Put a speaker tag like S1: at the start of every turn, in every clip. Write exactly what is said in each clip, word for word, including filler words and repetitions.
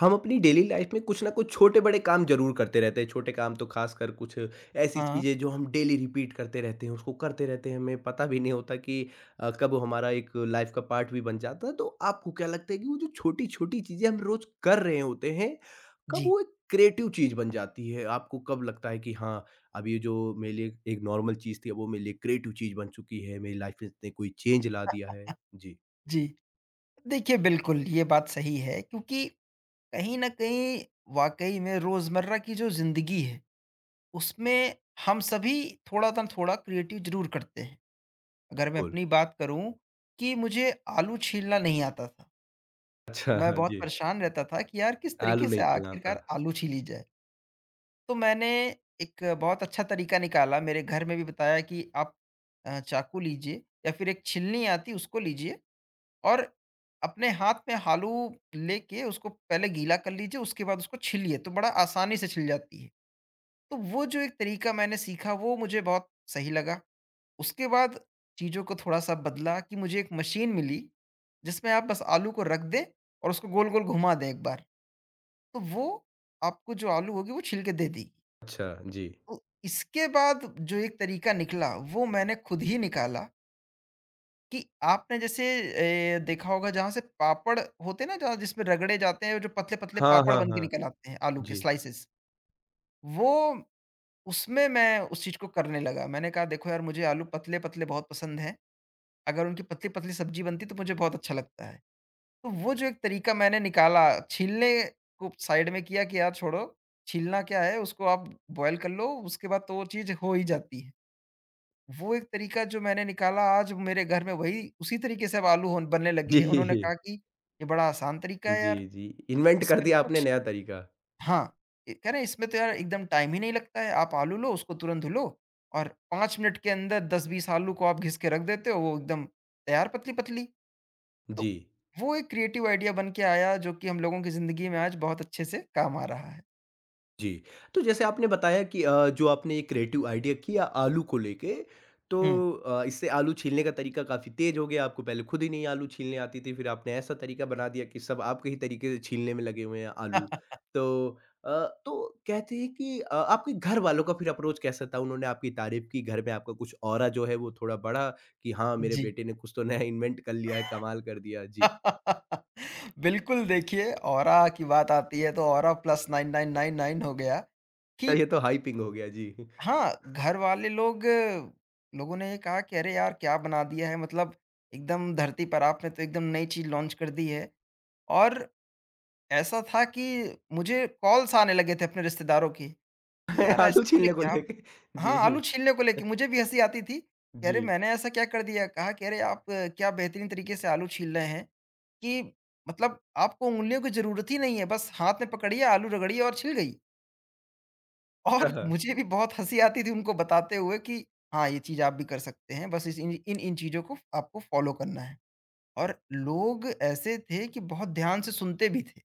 S1: हम अपनी daily life में कुछ ना कुछ छोटे-बड़े काम ज़रूर करते रहते हैं। छोटे काम तो ख़ासकर कुछ ऐसी
S2: हाँ,
S1: चीज़ें जो हम डेली रिपीट करते रहते हैं, उसको करते रहते हैं, हमें पता भी नहीं होता कि अ, कब वो हमारा एक लाइफ का पार्ट भी बन जाता है। तो आपको क्या लगता है कि वो जो छोटी-छोटी चीज़ें हम रोज़ कर रहे होते हैं, कब
S2: जी,
S1: वो एक क्रिएटिव चीज़ बन जाती है? आपको कब लगता है कि हाँ, अब ये जो मेरे लिए एक नॉर्मल चीज़ थी, अब वो मेरे लिए क्रिएटिव चीज़ बन चुकी है, मेरी लाइफ में इसने कोई चेंज ला दिया है? जी,
S2: जी। देखिए, बिल्कुल ये बात सही है क्योंकि कहीं न कहीं वाक़ई में रोज़मर्रा की जो ज़िंदगी है, उसमें हम सभी थोड़ा ना थोड़ा क्रिएटिव ज़रूर करते हैं। अगर मैं
S1: बिल्कुल।
S2: अपनी बात करूँ कि मुझे आलू छीलना नहीं आता था।
S1: अच्छा,
S2: मैं
S1: हाँ
S2: बहुत
S1: जी।
S2: परेशान रहता था कि यार किस
S1: आलू
S2: तरीके
S1: नहीं
S2: से
S1: छीलना आता।
S2: आखिरकार आलू छीली जाए। तो मैंने एक बहुत अच्छा तरीका निकाला, मेरे घर में भी बताया कि आप अ, चाकू लीजिए या फिर एक छिलनी आती है उसको लीजिए और अपने हाथ में आलू लेके उसको पहले गीला कर लीजिए, उसके बाद उसको छीलिए, तो बड़ा आसानी से छिल जाती है। तो वो जो एक तरीका मैंने सीखा वो मुझे बहुत सही लगा। उसके बाद चीज़ों को थोड़ा-सा बदला कि मुझे एक मशीन मिली, जिसमें आप बस आलू को रख दें और उसको गोल-गोल घुमा दें एक बार, तो वो आपको जो आलू होगी वो छील के दे देगी।
S1: अच्छा, जी।
S2: तो इसके बाद जो एक तरीका निकला वो मैंने खुद ही निकाला कि आपने जैसे ए, देखा होगा जहाँ से पापड़ होते हैं ना जहाँ जिसमें रगड़े जाते हैं जो पतले पतले
S1: हाँ,
S2: पापड़
S1: हाँ,
S2: बन के
S1: हाँ।
S2: निकल आते हैं आलू के
S1: जी।
S2: स्लाइसेस वो उसमें मैं उस चीज को करने लगा। मैंने कहा देखो यार मुझे आलू पतले पतले बहुत पसंद है, अगर उनकी पतली पतली सब्जी बनती तो मुझे बहुत अच्छा लगता है। तो वो जो एक तरीका मैंने निकाला छीलने को साइड में किया कि यार छोड़ो, छीलना क्या है, उसको आप बॉयल कर लो, उसके बाद तो वो चीज हो ही जाती है। वो एक तरीका जो मैंने निकाला आज मेरे घर में वही उसी तरीके से अब आलू होन बनने लगी
S1: जी,
S2: है। उन्होंने कहा कि ये बड़ा आसान तरीका है यार,
S1: जी, जी। इन्वेंट कर
S2: इसमें तो
S1: दिया आपने
S2: कुछ
S1: नया तरीका।
S2: हाँ, ये कह रहे हैं इसमें तो यार एकदम टाइम ही नहीं लगता है। आप आलू लो, उसको तुरंत धुलो और पाँच मिनट के अंदर दस बीस आलू को आप घिस के रख देते हो, वो एकदम तैयार पतली-पतली।
S1: जी।
S2: तो वो एक क्रिएटिव आइडिया बन के आया जो कि हम लोगों की ज़िंदगी में आज बहुत अच्छे से काम आ रहा है।
S1: जी, तो जैसे आपने बताया कि अ, जो आपने ये क्रिएटिव आइडिया किया आलू को लेके,
S2: हुँ।
S1: तो अ, इससे आलू छीलने का तरीका काफ़ी तेज़ हो गया, आपको पहले खुद ही नहीं आलू छीलने आती थी, फिर आपने ऐसा तरीका बना दिया कि सब आपके ही तरीके से छीलने में लगे हुए हैं आलू। तो अ, तो कहते हैं कि अ, आपके घर वालों का फिर अप्रोच कैसा था? उन्होंने आपकी तारीफ़ की, घर में आपका कुछ ऑरा जो है वो थोड़ा बढ़ा कि हाँ, मेरे
S2: जी।
S1: बेटे ने कुछ तो नया इन्वेंट कर लिया है, कमाल कर दिया। जी,
S2: बिल्कुल देखिए, ऑरा की बात आती है तो aura plus nine nine nine nine हो गया कि
S1: ये तो हाइपिंग हो गया। जी,
S2: हाँ, घरवाले लोग लोगों ने ये कहा कि अरे यार! क्या बना दिया है, मतलब एकदम धरती पर आपने तो एकदम नई चीज़ लॉन्च कर दी है। और ऐसा था कि मुझे कॉल्स आने लगे थे अपने रिश्तेदारों की कि यार
S1: आलू
S2: ऐसा तुमने
S1: छीलने को
S2: क्या,
S1: लेके।
S2: हाँ,
S1: जी।
S2: आलू छीलने को लेके मुझे भी हँसी आती थी कि अरे!
S1: जी।
S2: मैंने ऐसा क्या कर दिया? कहा कि अरे आप अ, क्या बेहतरीन तरीके से आलू छील रहे हैं। कि मतलब आपको उँगलियों की ज़रूरत ही नहीं है, बस हाथ में पकड़िए, आलू रगड़िए और छिल गई। और
S1: अच्छा,
S2: मुझे भी बहुत हँसी आती थी उनको बताते हुए कि हाँ, ये चीज़ आप भी कर सकते हैं, बस इस इन इन-इन चीज़ों को आपको फ़ॉलो करना है। और लोग ऐसे थे कि बहुत ध्यान से सुनते भी थे।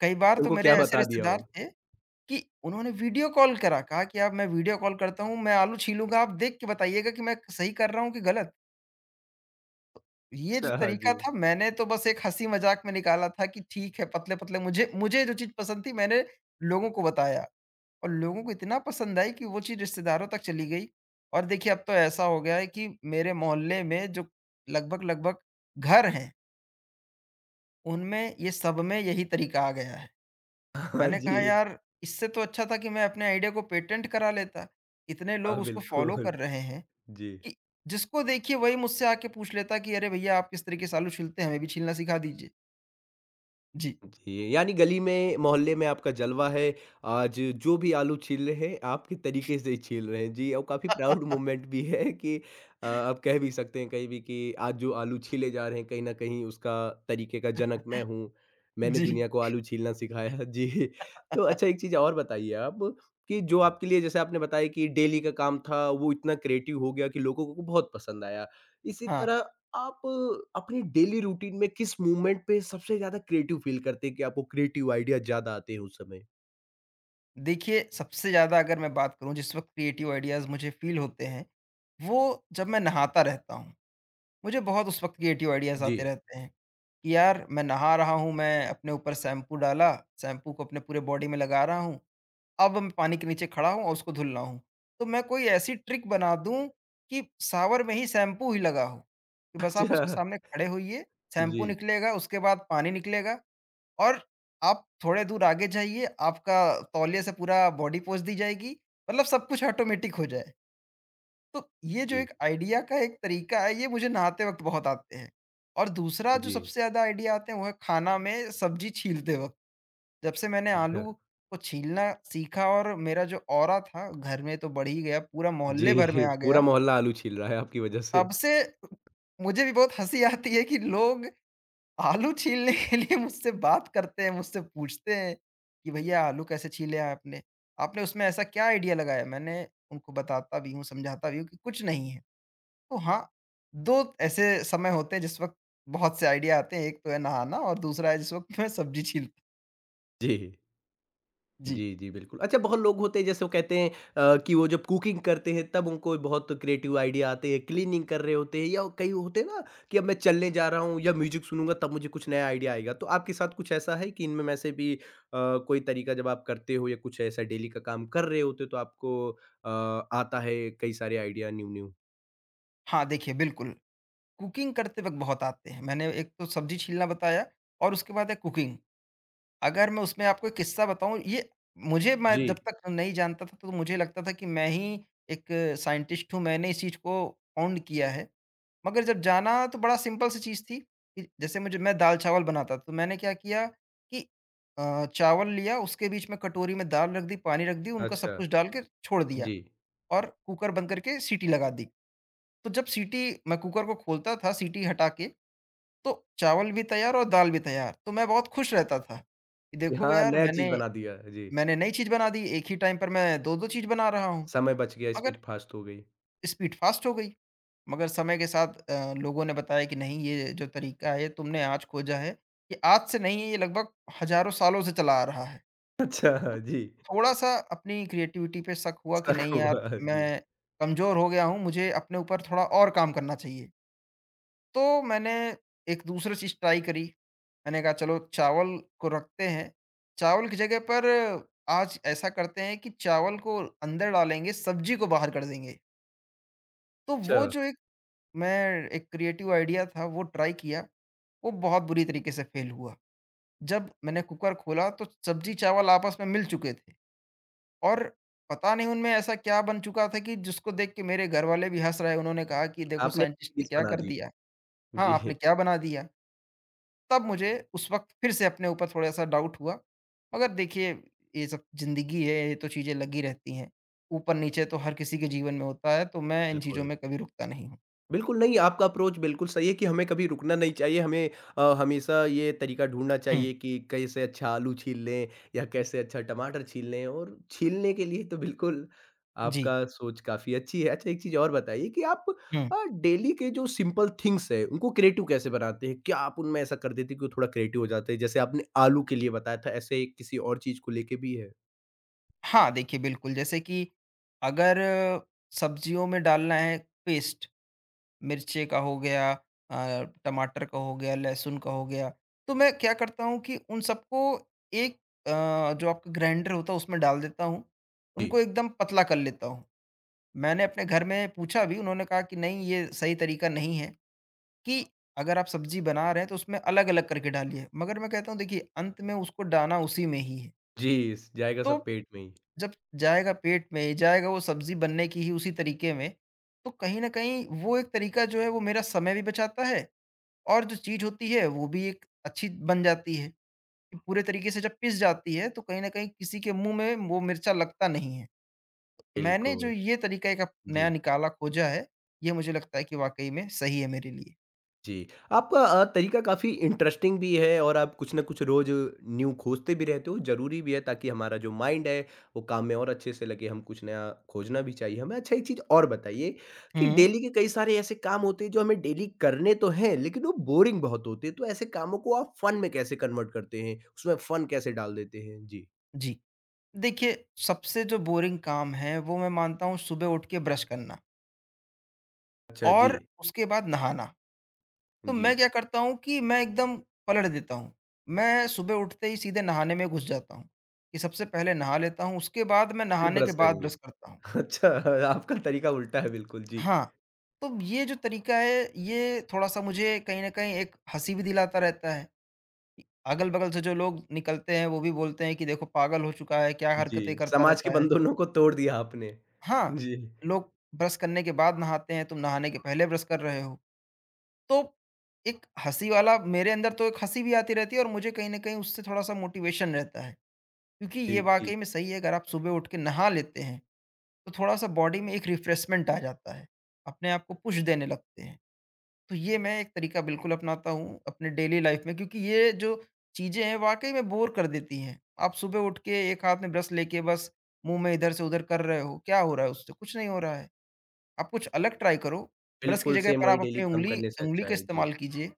S2: कई बार तो
S1: तुमको
S2: मेरे
S1: क्या
S2: ऐसे
S1: बता दिया वो?
S2: रिश्तेदार थे कि उन्होंने वीडियो कॉल करा, कहा कि आप मैं वीडियो कॉल करता हूँ, मैं आलू छीलूँगा, आप देख के बताइएगा कि मैं सही कर रहा हूँ कि गलत। ये जो
S1: अच्छा, हाँ
S2: तरीका
S1: जी।
S2: था मैंने तो बस एक हँसी मज़ाक में निकाला था कि ठीक है पतले-पतले मुझे मुझे जो चीज़ पसंद थी मैंने लोगों को बताया और लोगों को इतना पसंद आई कि वो चीज़ रिश्तेदारों तक चली गई। और देखिए अब तो ऐसा हो गया है कि मेरे मोहल्ले में जो लगभग-लगभग घर हैं, उनमें ये सब में यही तरीका आ गया है।
S1: हाँ
S2: मैंने कहा
S1: जी।
S2: यार इससे तो अच्छा था कि मैं अपने आइडिया को पेटेंट करा लेता। इतने
S1: हाँ,
S2: लोग उसको फ़ॉलो
S1: बिल्कुल।
S2: कर रहे हैं
S1: जी।
S2: कि जिसको देखिए वही मुझसे आके पूछ लेता कि अरे भैया आप किस तरीके से आलू छीलते हैं? हमें भी छीलना सिखा दीजिए। जी।
S1: जी, यानी गली में, मोहल्ले में आपका जलवा है। आज जो भी आलू छील रहे हैं, आपके तरीके से ही छील रहे हैं। जी, और काफ़ी प्राउड मोमेंट भी है कि अ, आप कह भी सकते हैं कहीं भी कि आज जो आलू छीले जा रहे हैं, कहीं न कहीं उसका तरीके का जनक मैं हूँ। मैंने
S2: जी।
S1: दुनिया को आलू छीलना सिखाया। जी, तो अच्छा एक चीज़ और बताइए आप कि जो आपके लिए जैसे आपने बताया कि डेली का काम था, वो इतना क्रिएटिव हो गया कि लोगों को बहुत पसंद आया। इसी
S2: हाँ,
S1: तरह आप अपनी डेली रूटीन में किस मूवमेंट पे सबसे ज़्यादा क्रिएटिव फ़ील करते हैं कि आपको क्रिएटिव आइडिया ज़्यादा आते हैं उस समय?
S2: देखिए सबसे ज़्यादा अगर मैं बात करूँ जिस वक़्त क्रिएटिव आइडियाज़ मुझे फ़ील होते हैं, वो जब मैं नहाता रहता हूँ। मुझे बहुत उस वक़्त क्रिएटिव आइडियाज़
S1: जी।
S2: आते रहते हैं कि यार मैं नहा रहा हूँ, मैं अपने ऊपर शैम्पू डाला, शैम्पू को अपने पूरे बॉडी में लगा रहा हूँ, अब मैं पानी के नीचे खड़ा हूँ और उसको धुल रहा हूँ। तो मैं कोई ऐसी ट्रिक बना दूँ कि शावर में ही शैम्पू ही लगा हो, कि बस आप
S1: अच्छा।
S2: उसके सामने खड़े होइए, शैम्पू
S1: जी,
S2: निकलेगा, उसके बाद पानी निकलेगा और आप थोड़े दूर आगे जाइए, आपका तौलिये से पूरा बॉडी पोंछ दी जाएगी, मतलब सब कुछ ऑटोमेटिक हो जाए। तो ये जो
S1: जी,
S2: एक आइडिया का एक तरीका है, ये मुझे नहाते वक़्त बहुत आते हैं। और दूसरा जो
S1: जी।
S2: सबसे ज़्यादा आइडिया आते हैं, वो है खाना में सब्ज़ी छीलते वक़्त। जब से मैंने
S1: अच्छा।
S2: आलू को छीलना सीखा और मेरा जो औरा था, घर में तो बढ़ ही गया, पूरा मोहल्ले भर में
S1: जी,
S2: आ
S1: पूरा
S2: गया।
S1: मोहल्ला आलू छील रहा है आपकी वजह से।
S2: तब से मुझे भी बहुत हँसी आती है कि लोग आलू छीलने के लिए मुझसे बात करते हैं, मुझसे पूछते हैं कि भैया आलू कैसे छीले आपने? आपने उसमें ऐसा क्या आइडिया लगाया? मैंने उनको बताता भी हूँ, समझाता भी हूँ कि कुछ नहीं है। तो हाँ, दो ऐसे समय होते हैं जिस वक़्त बहुत से आइडिया आते हैं। एक तो है नहाना और दूसरा है जिस वक़्त मैं सब्ज़ी छीलता।
S1: जी।
S2: जी।
S1: जी, जी, बिल्कुल। अच्छा बहुत लोग होते हैं जैसे वो कहते हैं अ, कि वो जब कुकिंग करते हैं तब उनको बहुत क्रिएटिव आइडिया आते हैं, क्लीनिंग कर रहे होते हैं या कई होते हैं ना कि अब मैं चलने जा रहा हूँ या म्यूज़िक सुनूँगा तब मुझे कुछ नया आइडिया आएगा। तो आपके साथ कुछ ऐसा है कि इनमें में से भी अ, कोई तरीका जब आप करते हो या कुछ ऐसा डेली का काम कर रहे होते हो तो आपको अ, आता है कई सारे आइडिया न्यू-न्यू?
S2: हाँ, देखिए बिल्कुल, कुकिंग करते वक़्त बहुत आते हैं। मैंने एक तो सब्ज़ी छीलना बताया और उसके बाद है कुकिंग। अगर मैं उसमें आपको एक किस्सा बताऊँ, ये मुझे मैं
S1: जी।
S2: जब तक नहीं जानता था तो मुझे लगता था कि मैं ही एक साइंटिस्ट हूँ, मैंने इस चीज़ को फाउंड किया है। मगर जब जाना तो बड़ा सिंपल सी चीज़ थी कि जैसे मुझे मैं दाल-चावल बनाता था, तो मैंने क्या किया कि अ, चावल लिया उसके बीच में कटोरी में दाल रख दी, पानी रख दी, उनका
S1: अच्छा,
S2: सब कुछ डाल के छोड़ दिया
S1: जी।
S2: और कुकर बंद करके सीटी लगा दी। तो जब सीटी मैं कुकर को खोलता था सीटी हटा के तो चावल भी तैयार और दाल भी तैयार। तो मैं बहुत खुश रहता था कि
S1: कि
S2: देखो
S1: हाँ,
S2: यार
S1: नया चीज़
S2: मैंने
S1: बना दिया। जी,
S2: मैंने नई चीज़ बना दी, एक ही टाइम पर मैं दो दो चीज़ बना रहा हूँ,
S1: समय बच गया,
S2: मगर
S1: स्पीड फ़ास्ट हो गई।
S2: स्पीड फ़ास्ट हो गई। मगर समय के साथ अ, लोगों ने बताया कि नहीं ये जो तरीका है, ये तुमने आज खोजा है, ये आज से नहीं है, ये लगभग हज़ारों सालों से चला आ रहा है।
S1: अच्छा,
S2: तो
S1: जी,
S2: थोड़ा-सा अपनी क्रिएटिविटी पे शक हुआ कि
S1: शक
S2: नहीं यार,
S1: हुआ। जी,
S2: मैं कमज़ोर हो गया हूँ, मुझे अपने ऊपर थोड़ा और काम करना चाहिए। तो मैंने एक दूसरी चीज़ ट्राई करी। मैंने कहा चलो चावल को रखते हैं। चावल की जगह पर आज ऐसा करते हैं कि चावल को अंदर डालेंगे, सब्ज़ी को बाहर कर देंगे। तो वो
S1: अच्छा।
S2: जो एक मैं एक क्रिएटिव आइडिया था वो ट्राई किया, वो बहुत बुरी तरीके से फ़ेल हुआ। जब मैंने कुकर खोला तो सब्ज़ी चावल आपस में मिल चुके थे और पता नहीं उनमें ऐसा क्या बन चुका था कि जिसको देख के मेरे घर वाले भी हँस रहे हैं। उन्होंने कहा कि देखो
S1: आपने
S2: साइंटिस्ट
S1: एक
S2: ने
S1: डिश
S2: क्या
S1: बना
S2: कर
S1: दी।
S2: दिया। हाँ,
S1: जी।
S2: आपने क्या बना दिया। तब मुझे उस वक़्त फिर से अपने ऊपर थोड़ा-सा डाउट हुआ। मगर देखिए, ये सब ज़िंदगी है, ये तो चीज़ें लगी रहती हैं। ऊपर-नीचे तो हर किसी के जीवन में होता है, तो मैं इन चीज़ों
S1: बिल्कुल।
S2: में कभी रुकता नहीं हूँ।
S1: बिल्कुल, नहीं आपका अप्रोच बिल्कुल सही है कि हमें कभी रुकना नहीं चाहिए, हमें अ, हमेशा ये तरीका ढूँढना
S2: हुँ,
S1: चाहिए कि कैसे अच्छा आलू छील लें या कैसे अच्छा टमाटर छील लें और छीलने के लिए तो बिल्कुल
S2: जी,
S1: आपका सोच काफ़ी अच्छी है। अच्छा एक चीज़ और बताइए कि आप
S2: हुँ।
S1: अ, डेली के जो सिंपल थिंग्स हैं, उनको क्रिएटिव कैसे बनाते हैं? क्या आप उनमें ऐसा कर देते हैं कि वो थोड़ा क्रिएटिव हो जाते हैं? जैसे आपने आलू के लिए बताया था, ऐसे किसी और चीज़ को लेके भी है?
S2: हाँ, देखिए बिल्कुल, जैसे कि अगर सब्जियों में डालना है पेस्ट, मिर्ची का हो गया, अ, टमाटर का हो गया, लहसुन का हो गया, तो मैं क्या करता हूँ कि उन सबको एक अ, जो आपका ग्राइंडर होता है उसमें डाल देता हूँ।
S1: जी।
S2: उनको एकदम पतला कर लेता हूँ। मैंने अपने घर में पूछा भी, उन्होंने कहा कि नहीं ये सही तरीका नहीं है, कि अगर आप सब्ज़ी बना रहे हैं तो उसमें अलग-अलग करके डालिए। मगर मैं कहता हूँ देखिए अंत में उसको डालना उसी में ही है।
S1: जी, स जाएगा सब
S2: तो
S1: पेट में ही।
S2: जब जाएगा पेट में, जाएगा वो सब्ज़ी बनने की ही उसी तरीके में, तो कहीं न कहीं वो एक तरीका जो है वो मेरा समय भी बचाता है और जो चीज़ होती है वो भी एक अच्छी बन जाती है। कि पूरे तरीके से जब पिस जाती है तो कहीं न कहीं किसी के मुँह में वो मिर्चा लगता नहीं है। मैंने जो
S1: बिल्कुल।
S2: ये तरीका एक अप
S1: जी,
S2: नया निकाला, खोजा है, ये मुझे लगता है कि वाक़ई में सही है मेरे लिए।
S1: जी। आपका अ, तरीका काफ़ी इंटरेस्टिंग भी है और आप कुछ न कुछ रोज़ न्यू खोजते भी रहते हो, ज़रूरी भी है ताकि हमारा जो माइंड है, वो काम में और अच्छे से लगे, हम कुछ नया खोजना भी चाहिए हमें। अच्छा एक चीज़ और बताइए कि
S2: हुँ।
S1: डेली के कई सारे ऐसे काम होते हैं जो हमें डेली करने तो हैं, लेकिन वो बोरिंग बहुत होते हैं, तो ऐसे कामों को आप फ़न में कैसे कन्वर्ट करते हैं? उसमें फ़न कैसे डाल देते हैं? जी।
S2: जी। देखिए, सबसे जो बोरिंग काम है, वो मैं मानता हूँ सुबह उठ के ब्रश करना
S1: अच्छा, जी,
S2: और उसके बाद नहाना। तो
S1: जी।
S2: मैं क्या करता हूँ कि मैं एकदम पलट देता हूँ। मैं सुबह उठते ही सीधे नहाने में घुस जाता हूँ, कि सबसे पहले नहा लेता हूँ, उसके बाद मैं
S1: फिर
S2: नहाने के
S1: ब्रश
S2: बाद
S1: करेंगे।
S2: ब्रश करता हूँ।
S1: अच्छा, आपका तरीका उल्टा है बिल्कुल, जी।
S2: हाँ, तो ये जो तरीका है, ये थोड़ा-सा मुझे कहीं न कहीं एक हँसी भी दिलाता रहता है। अगल-बगल से जो लोग निकलते हैं, वो भी बोलते हैं कि देखो पागल हो चुका है, क्या हरकतें
S1: जी,
S2: करता
S1: समाज के
S2: रहता है।
S1: बंधनों को तोड़ दिया आपने।
S2: हाँ,
S1: जी,
S2: लोग ब्रश करने के बाद नहाते हैं, तुम नहाने के पहले ब्रश कर रहे हो। तो एक हँसी वाला मेरे अंदर तो एक हँसी भी आती रहती है और मुझे कहीं न कहीं उससे थोड़ा-सा मोटिवेशन रहता है। क्योंकि
S1: जी,
S2: ये
S1: जी।
S2: वाक़ई में सही है, अगर आप सुबह उठ के नहा लेते हैं, तो थोड़ा-सा बॉडी में एक रिफ्रेशमेंट आ जाता है। अपने आप को पुश देने लगते हैं। तो ये मैं एक तरीका बिल्कुल अपनाता हूँ अपने डेली लाइफ में क्योंकि ये जो चीज़ें हैं वाक़ई में बोर कर देती हैं। आप सुबह उठ के एक हाथ में ब्रश लेके बस मुँह में इधर से उधर कर रहे हो, क्या हो रहा है उससे? कुछ नहीं हो रहा है। आप कुछ अलग ट्राई करो, ब्रश की
S1: बिल्कुल
S2: जगह
S1: सेम
S2: पर
S1: वही
S2: आप
S1: डेली
S2: अपनी
S1: काम
S2: उँगली
S1: करने से
S2: उँगली
S1: अच्छा
S2: का
S1: है। जी,
S2: इस्तेमाल कीजिए,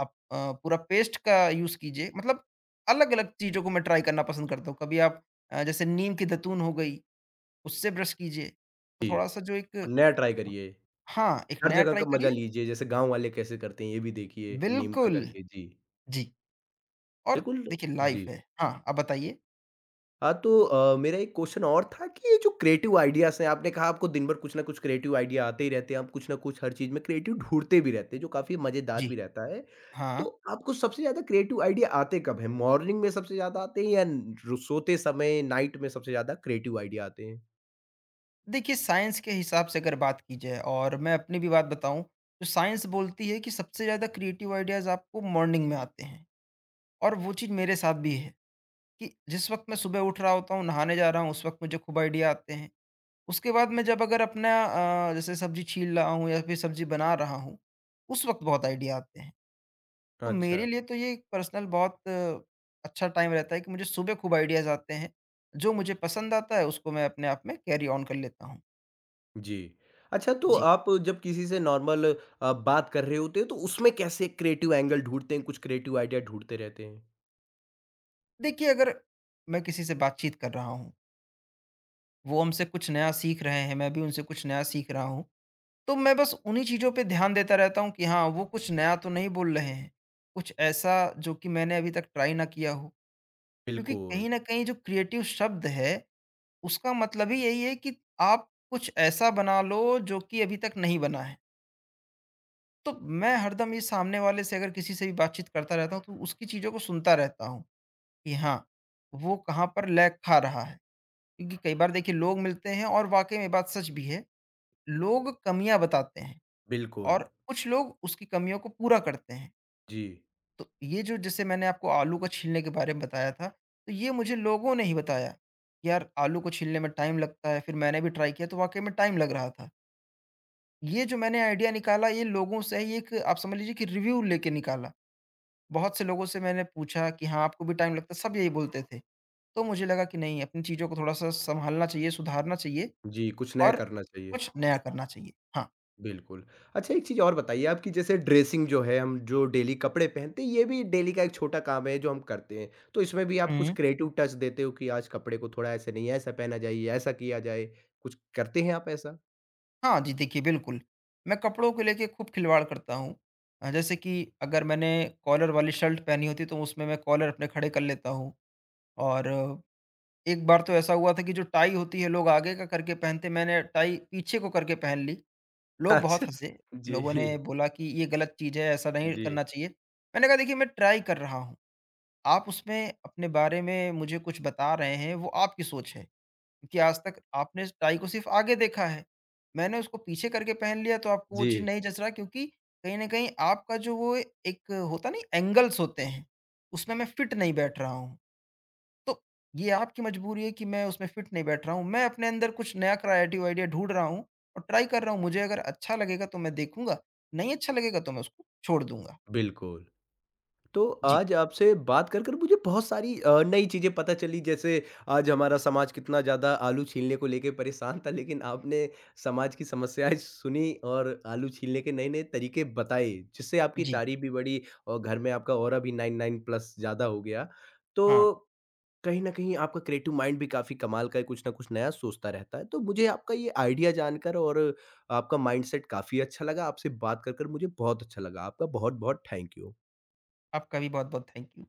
S2: आप अ, पूरा पेस्ट का यूज़ कीजिए मतलब अलग-अलग चीज़ों को मैं ट्राई करना पसंद करता हूँ। कभी आप अ, जैसे नीम की दतून हो गई, उससे ब्रश कीजिए। तो
S1: जी।
S2: थोड़ा-सा जो
S1: और
S2: एक
S1: नया ट्राई करिए,
S2: हाँ, एक
S1: हर
S2: नया
S1: जगह
S2: ट्राई
S1: का मज़ा
S2: करिए
S1: लीजिए, जैसे गाँव वाले कैसे करते हैं ये भी देखिए नीम का
S2: बिल्कुल।
S1: करके। जी,
S2: जी। और
S1: बिल्कुल
S2: देखिए लाइफ
S1: जी।
S2: है। हाँ, आप बताइए?
S1: हाँ, तो अ, मेरा एक क्वेश्चन और था कि ये जो क्रिएटिव आइडियाज़ हैं, आपने कहा आपको दिन भर कुछ ना कुछ क्रिएटिव आइडिया आते ही रहते हैं, आप कुछ ना कुछ हर चीज़ में क्रिएटिव ढूँढते भी रहते हैं, जो काफ़ी मज़ेदार
S2: जी,
S1: भी रहता है। तो
S2: हाँ।
S1: आपको सबसे ज़्यादा क्रिएटिव आइडिया आते कब हैं? मॉर्निंग में सबसे ज़्यादा आते हैं या न रु सोते समय नाइट में सबसे ज़्यादा क्रिएटिव आइडिया आते हैं?
S2: देखिए साइंस के हिसाब से अगर बात की जाए और मैं अपनी भी बात बताऊँ, तो साइंस बोलती है कि सबसे ज़्यादा क्रिएटिव आइडियाज़ आपको मॉर्निंग में आते हैं और वो चीज़ मेरे साथ भी है कि जिस वक़्त मैं सुबह उठ रहा होता हूँ, नहाने जा रहा हूँ, उस वक़्त मुझे खूब आइडिया आते हैं। उसके बाद मैं जब अगर अपना अ, जैसे सब्ज़ी छील रहा हूँ या फिर सब्ज़ी बना रहा हूँ, उस वक़्त बहुत आइडिया आते हैं। तो
S1: अच्छा,
S2: मेरे लिए तो ये पर्सनल बहुत अ, अच्छा टाइम रहता है कि मुझे सुबह खूब आइडियाज़ आते हैं। जो मुझे पसंद आता है उसको मैं अपने आप में कैरी ऑन कर लेता हूँ।
S1: जी। अच्छा, तो
S2: जी।
S1: आप जब किसी से नॉर्मल अ, बात कर रहे होते हो, तो उसमें कैसे क्रिएटिव एंगल ढूँढते हैं, कुछ क्रिएटिव आइडिया ढूँढते रहते हैं?
S2: देखिए अगर मैं किसी से बातचीत कर रहा हूँ, वो हमसे कुछ नया सीख रहे हैं, मैं भी उनसे कुछ नया सीख रहा हूँ, तो मैं बस उन्हीं चीज़ों पे ध्यान देता रहता हूँ कि हाँ, वो कुछ नया तो नहीं बोल रहे हैं। कुछ ऐसा जो कि मैंने अभी तक ट्राई ना किया हो। क्योंकि
S1: बिल्कुल,
S2: कहीं न कहीं जो क्रिएटिव शब्द है, उसका मतलब ही यही है कि आप कुछ ऐसा बना लो जो कि अभी तक नहीं बना है। तो मैं हरदम ये सामने वाले से अगर किसी से भी बातचीत करता रहता हूँ, तो उसकी चीज़ों को सुनता रहता हूँ कि हाँ, वो कहाँ पर लैग खा रहा है। क्योंकि कई बार देखिए लोग मिलते हैं और वाक़ई में ये बात सच भी है, लोग कमियाँ बताते हैं
S1: बिल्कुल।
S2: और कुछ लोग उसकी कमियों को पूरा करते हैं।
S1: जी।
S2: तो ये जो जैसे मैंने आपको आलू को छीलने के बारे में बताया था, तो ये मुझे लोगों ने ही बताया। यार आलू को छीलने में टाइम लगता है, फिर मैंने भी ट्राई किया तो वाक़ई में टाइम लग रहा था। ये जो मैंने आइडिया निकाला ये लोगों से ही एक आप समझ लीजिए कि रिव्यू लेके निकाला। बहुत से लोगों से मैंने पूछा कि हाँ, आपको भी टाइम लगता है, सब यही बोलते थे। तो मुझे लगा कि नहीं, अपनी चीज़ों को थोड़ा-सा सँभालना चाहिए, सुधारना चाहिए
S1: जी, कुछ नया
S2: और
S1: करना चाहिए।
S2: कुछ नया करना चाहिए। हाँ।
S1: बिल्कुल। अच्छा एक चीज़ और बताइए आप कि जैसे ड्रेसिंग जो है हम जो डेली कपड़े पहनते हैं ये भी डेली का एक छोटा काम है जो हम करते हैं। तो इसमें भी आप कुछ
S2: हुँ।
S1: क्रिएटिव टच देते हो कि आज कपड़े को थोड़ा ऐसे नहीं ऐसा पहना जाए, ऐसा किया जाए, कुछ करते हैं आप ऐसा?
S2: हाँ जी, देखिए बिल्कुल, मैं कपड़ों को लेके खूब खिलवाड़ करता हूँ। अ, जैसे कि अगर मैंने कॉलर वाली शर्ट पहनी होती तो उसमें मैं कॉलर अपने खड़े कर लेता हूँ और अ, एक बार तो ऐसा हुआ था कि जो टाई होती है, लोग आगे का करके पहनते, मैंने टाई पीछे को करके पहन ली। लोग
S1: अच्छा।
S2: बहुत हँसे,
S1: जी,
S2: लोगों ने बोला कि ये गलत चीज़ है, ऐसा नहीं
S1: जी,
S2: करना चाहिए। मैंने कहा देखिए मैं ट्राई कर रहा हूँ, आप उसमें अपने बारे में मुझे कुछ बता रहे हैं वो आपकी सोच है, क्योंकि आज तक आपने इस टाई को सिर्फ़ आगे देखा है। मैंने उसको पीछे करके पहन लिया तो आपको वो
S1: जी।
S2: चीज़ नहीं जँच रहा क्योंकि कहीं न कहीं आपका जो वो एक होता नहीं एंगल्स होते हैं, उसमें मैं फिट नहीं बैठ रहा हूँ। तो ये आपकी मजबूरी है कि मैं उसमें फिट नहीं बैठ रहा हूँ। मैं अपने अंदर कुछ नया क्रिएटिव आइडिया ढूँढ रहा हूँ और ट्राई कर रहा हूँ। मुझे अगर अच्छा लगेगा तो मैं देखूँगा, नहीं अच्छा लगेगा तो मैं उसको छोड़ दूँगा।
S1: बिल्कुल। तो
S2: जी,
S1: आज आपसे बात कर कर मुझे बहुत सारी अ, नई चीज़ें पता चली जैसे आज हमारा समाज कितना ज़्यादा आलू छीलने को लेके परेशान था लेकिन आपने समाज की समस्याएं सुनी और आलू छीलने के नए नए तरीके बताए जिससे आपकी
S2: जी।
S1: तारीफ भी बढ़ी और घर में आपका ऑरा भी नाइन नाइन प्लस ज़्यादा हो गया
S2: हाँ,
S1: तो कहीं ना कहीं आपका क्रिएटिव माइंड भी काफ़ी कमाल का है कुछ ना कुछ नया सोचता रहता है तो मुझे आपका ये आइडिया जानकर और आपका माइंडसेट काफ़ी अच्छा लगा आपसे बात कर कर मुझे बहुत अच्छा लगा आपका बहुत बहुत थैंक यू
S2: आपका भी बहुत-बहुत थैंक यू।